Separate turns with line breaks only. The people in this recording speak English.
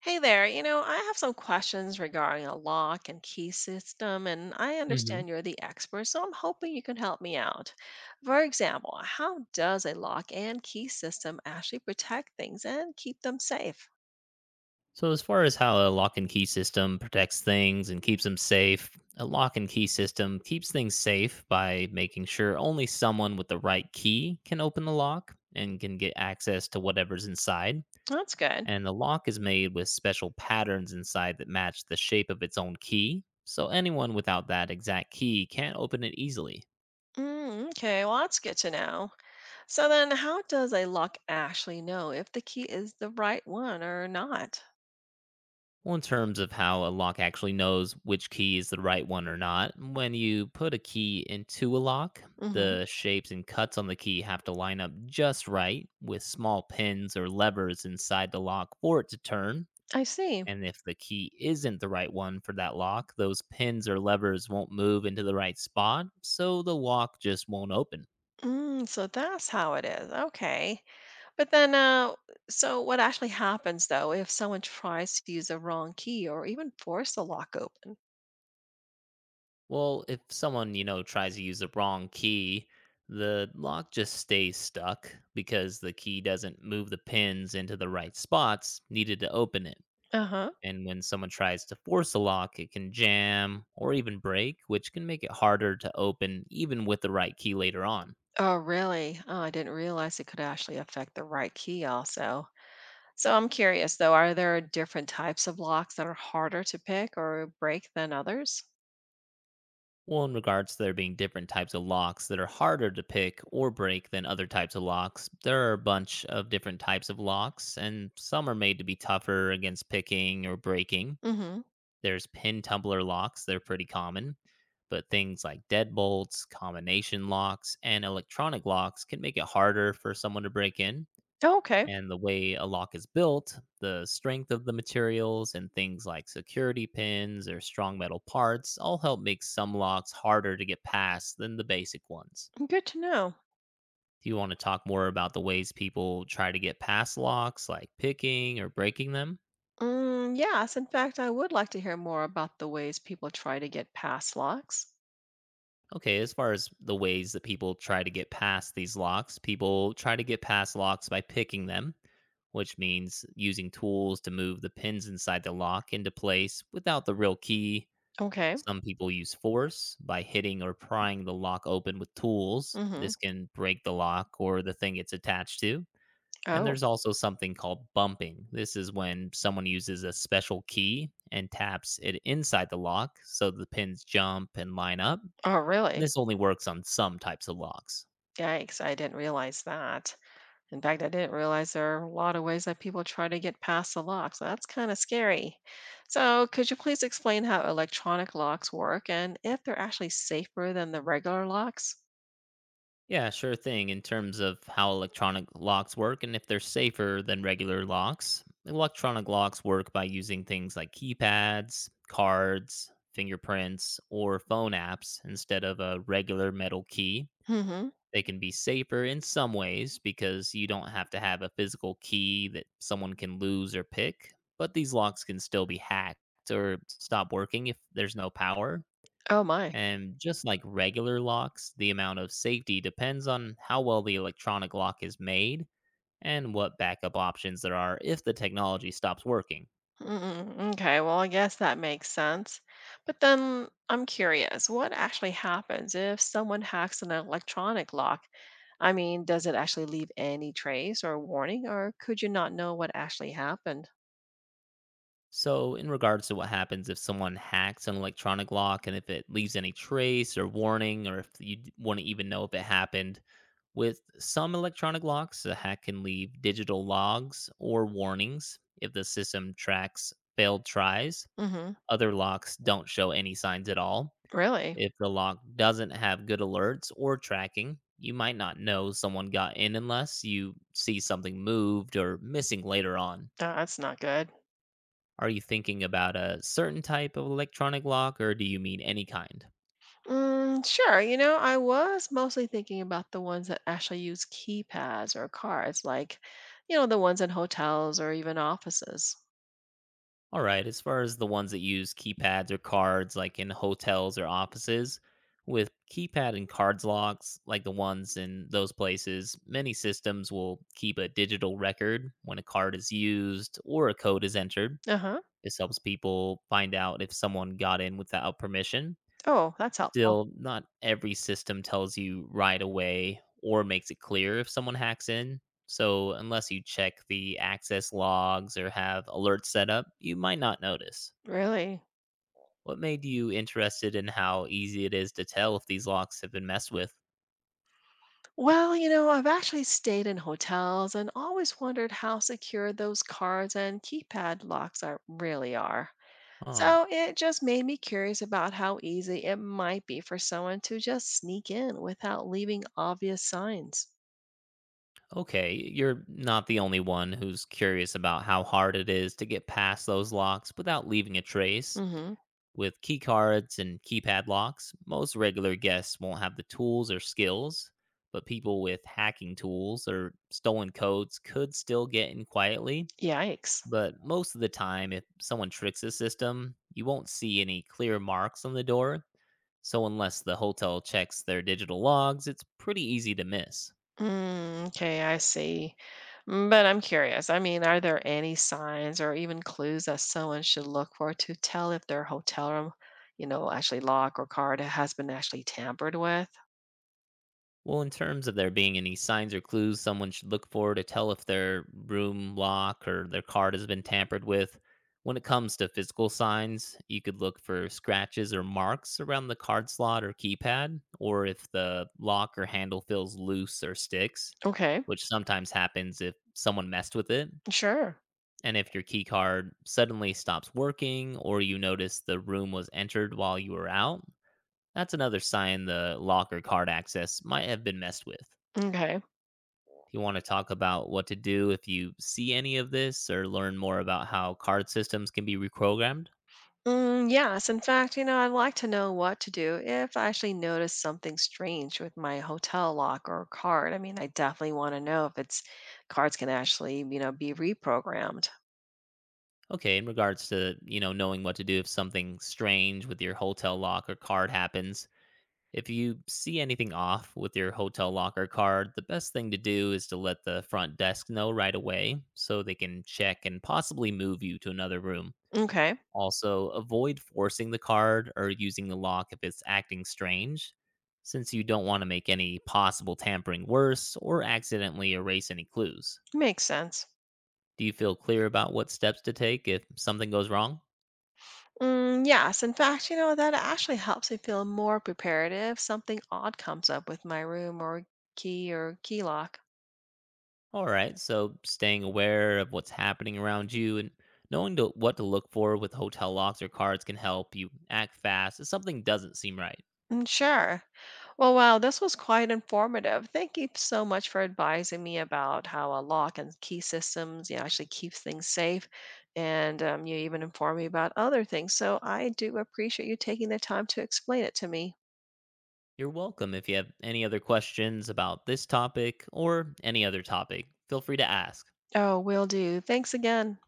Hey there, I have some questions regarding a lock and key system, and I
Mhm.
understand you're the expert, so I'm hoping you can help me out. For example, how does a lock and key system actually protect things and keep them safe?
So as far as how a lock and key system protects things and keeps them safe, a lock and key system keeps things safe by making sure only someone with the right key can open the lock and can get access to whatever's inside.
That's good.
And the lock is made with special patterns inside that match the shape of its own key. So anyone without that exact key can't open it easily.
Mm, okay, well, that's good to know. So then, how does a lock actually know if the key is the right one or not?
Well, in terms of how a lock actually knows which key is the right one or not, when you put a key into a lock,
Hmm.
the shapes and cuts on the key have to line up just right with small pins or levers inside the lock for it to turn.
I see.
And if the key isn't the right one for that lock, those pins or levers won't move into the right spot, so the lock just won't open.
Mm, so that's how it is. Okay. But then, so what actually happens though if someone tries to use a wrong key or even force the lock open?
Well, if someone, you know, tries to use the wrong key, the lock just stays stuck because the key doesn't move the pins into the right spots needed to open it.
Uh huh.
And when someone tries to force a lock, it can jam or even break, which can make it harder to open even with the right key later on.
Oh, really? Oh, I didn't realize it could actually affect the right key also. So I'm curious though, are there different types of locks that are harder to pick or break than others?
Well, in regards to there being different types of locks that are harder to pick or break than other types of locks, there are a bunch of different types of locks, and some are made to be tougher against picking or breaking.
Hmm.
There's pin tumbler locks, they're pretty common, but things like deadbolts, combination locks, and electronic locks can make it harder for someone to break in.
Oh, okay.
And the way a lock is built, the strength of the materials, and things like security pins or strong metal parts all help make some locks harder to get past than the basic ones.
Good to know.
Do you want to talk more about the ways people try to get past locks, like picking or breaking them?
Mm, yes, in fact, I would like to hear more about the ways people try to get past locks.
Okay, as far as the ways that people try to get past these locks, people try to get past locks by picking them, which means using tools to move the pins inside the lock into place without the real key.
Okay.
Some people use force by hitting or prying the lock open with tools.
Hmm.
This can break the lock or the thing it's attached to. And
Oh,
there's also something called bumping. This is when someone uses a special key and taps it inside the lock so the pins jump and line up.
oh, really?
This only works on some types of locks.
Yikes, I didn't realize that. In fact, I didn't realize there are a lot of ways that people try to get past the lock, so that's kind of scary. So, could you please explain how electronic locks work and if they're actually safer than the regular locks?
Yeah, sure thing. In terms of how electronic locks work and if they're safer than regular locks, electronic locks work by using things like keypads, cards, fingerprints, or phone apps instead of a regular metal key.
Hmm.
They can be safer in some ways because you don't have to have a physical key that someone can lose or pick, but these locks can still be hacked or stop working if there's no power.
Oh my.
And just like regular locks, the amount of safety depends on how well the electronic lock is made and what backup options there are if the technology stops working.
Mm-mm. Okay, well, I guess that makes sense. But then I'm curious, what actually happens if someone hacks an electronic lock? I mean, does it actually leave any trace or warning, or could you not know what actually happened?
So, in regards to what happens if someone hacks an electronic lock and if it leaves any trace or warning, or if you want to even know if it happened, with some electronic locks, a hack can leave digital logs or warnings if the system tracks failed tries.
Hmm.
Other locks don't show any signs at all.
Really?
If the lock doesn't have good alerts or tracking, you might not know someone got in unless you see something moved or missing later on.
That's not good.
Are you thinking about a certain type of electronic lock or do you mean any kind?
Mm, sure. I was mostly thinking about the ones that actually use keypads or cards, like, the ones in hotels or even offices.
All right, as far as the ones that use keypads or cards, like in hotels or offices, with keypad and cards locks, like the ones in those places, many systems will keep a digital record when a card is used or a code is entered.
Uh huh.
This helps people find out if someone got in without permission.
Oh, that's helpful.
Still, not every system tells you right away or makes it clear if someone hacks in. So, unless you check the access logs or have alerts set up, you might not notice.
Really?
What made you interested in how easy it is to tell if these locks have been messed with?
Well, I've actually stayed in hotels and always wondered how secure those cards and keypad locks are really are.
Huh.
So it just made me curious about how easy it might be for someone to just sneak in without leaving obvious signs.
Okay, you're not the only one who's curious about how hard it is to get past those locks without leaving a trace.
Mm-hmm.
With key cards and keypad locks, most regular guests won't have the tools or skills, but people with hacking tools or stolen codes could still get in quietly.
Yikes.
But most of the time, if someone tricks the system, you won't see any clear marks on the door. So, unless the hotel checks their digital logs, it's pretty easy to miss.
Mm, okay, I see. Mm, but I'm curious. I mean, are there any signs or even clues that someone should look for to tell if their hotel room, actually lock or card has been actually tampered with?
Well, in terms of there being any signs or clues someone should look for to tell if their room lock or their card has been tampered with, when it comes to physical signs, you could look for scratches or marks around the card slot or keypad, or if the lock or handle feels loose or sticks,
Okay,
which sometimes happens if someone messed with it.
sure.
And if your key card suddenly stops working, or you notice the room was entered while you were out, that's another sign the lock or card access might have been messed with.
Okay.
Do you want to talk about what to do if you see any of this or learn more about how card systems can be reprogrammed?
Mm, yes, in fact, I'd like to know what to do if I actually notice something strange with my hotel lock or card. I mean, I definitely want to know if its cards can actually, be reprogrammed.
Okay, in regards to, you know, knowing what to do if something strange with your hotel lock or card happens, if you see anything off with your hotel lock or card, the best thing to do is to let the front desk know right away so they can check and possibly move you to another room.
Okay,
Also, avoid forcing the card or using the lock if it's acting strange, since you don't want to make any possible tampering worse or accidentally erase any clues.
makes sense.
Do you feel clear about what steps to take if something goes wrong?
Mm, yes, in fact, that actually helps me feel more prepared if something odd comes up with my room or key lock.
All right, so staying aware of what's happening around you and what to look for with hotel locks or cards can help you act fast if something doesn't seem right.
Mm, sure. Well, wow, this was quite informative. Thank you so much for advising me about how a lock and key systems, actually keeps things safe. And you even informed me about other things. So I do appreciate you taking the time to explain it to me.
You're welcome if you have any other questions about this topic or any other topic. Feel free to ask.
Oh, will do. Thanks again.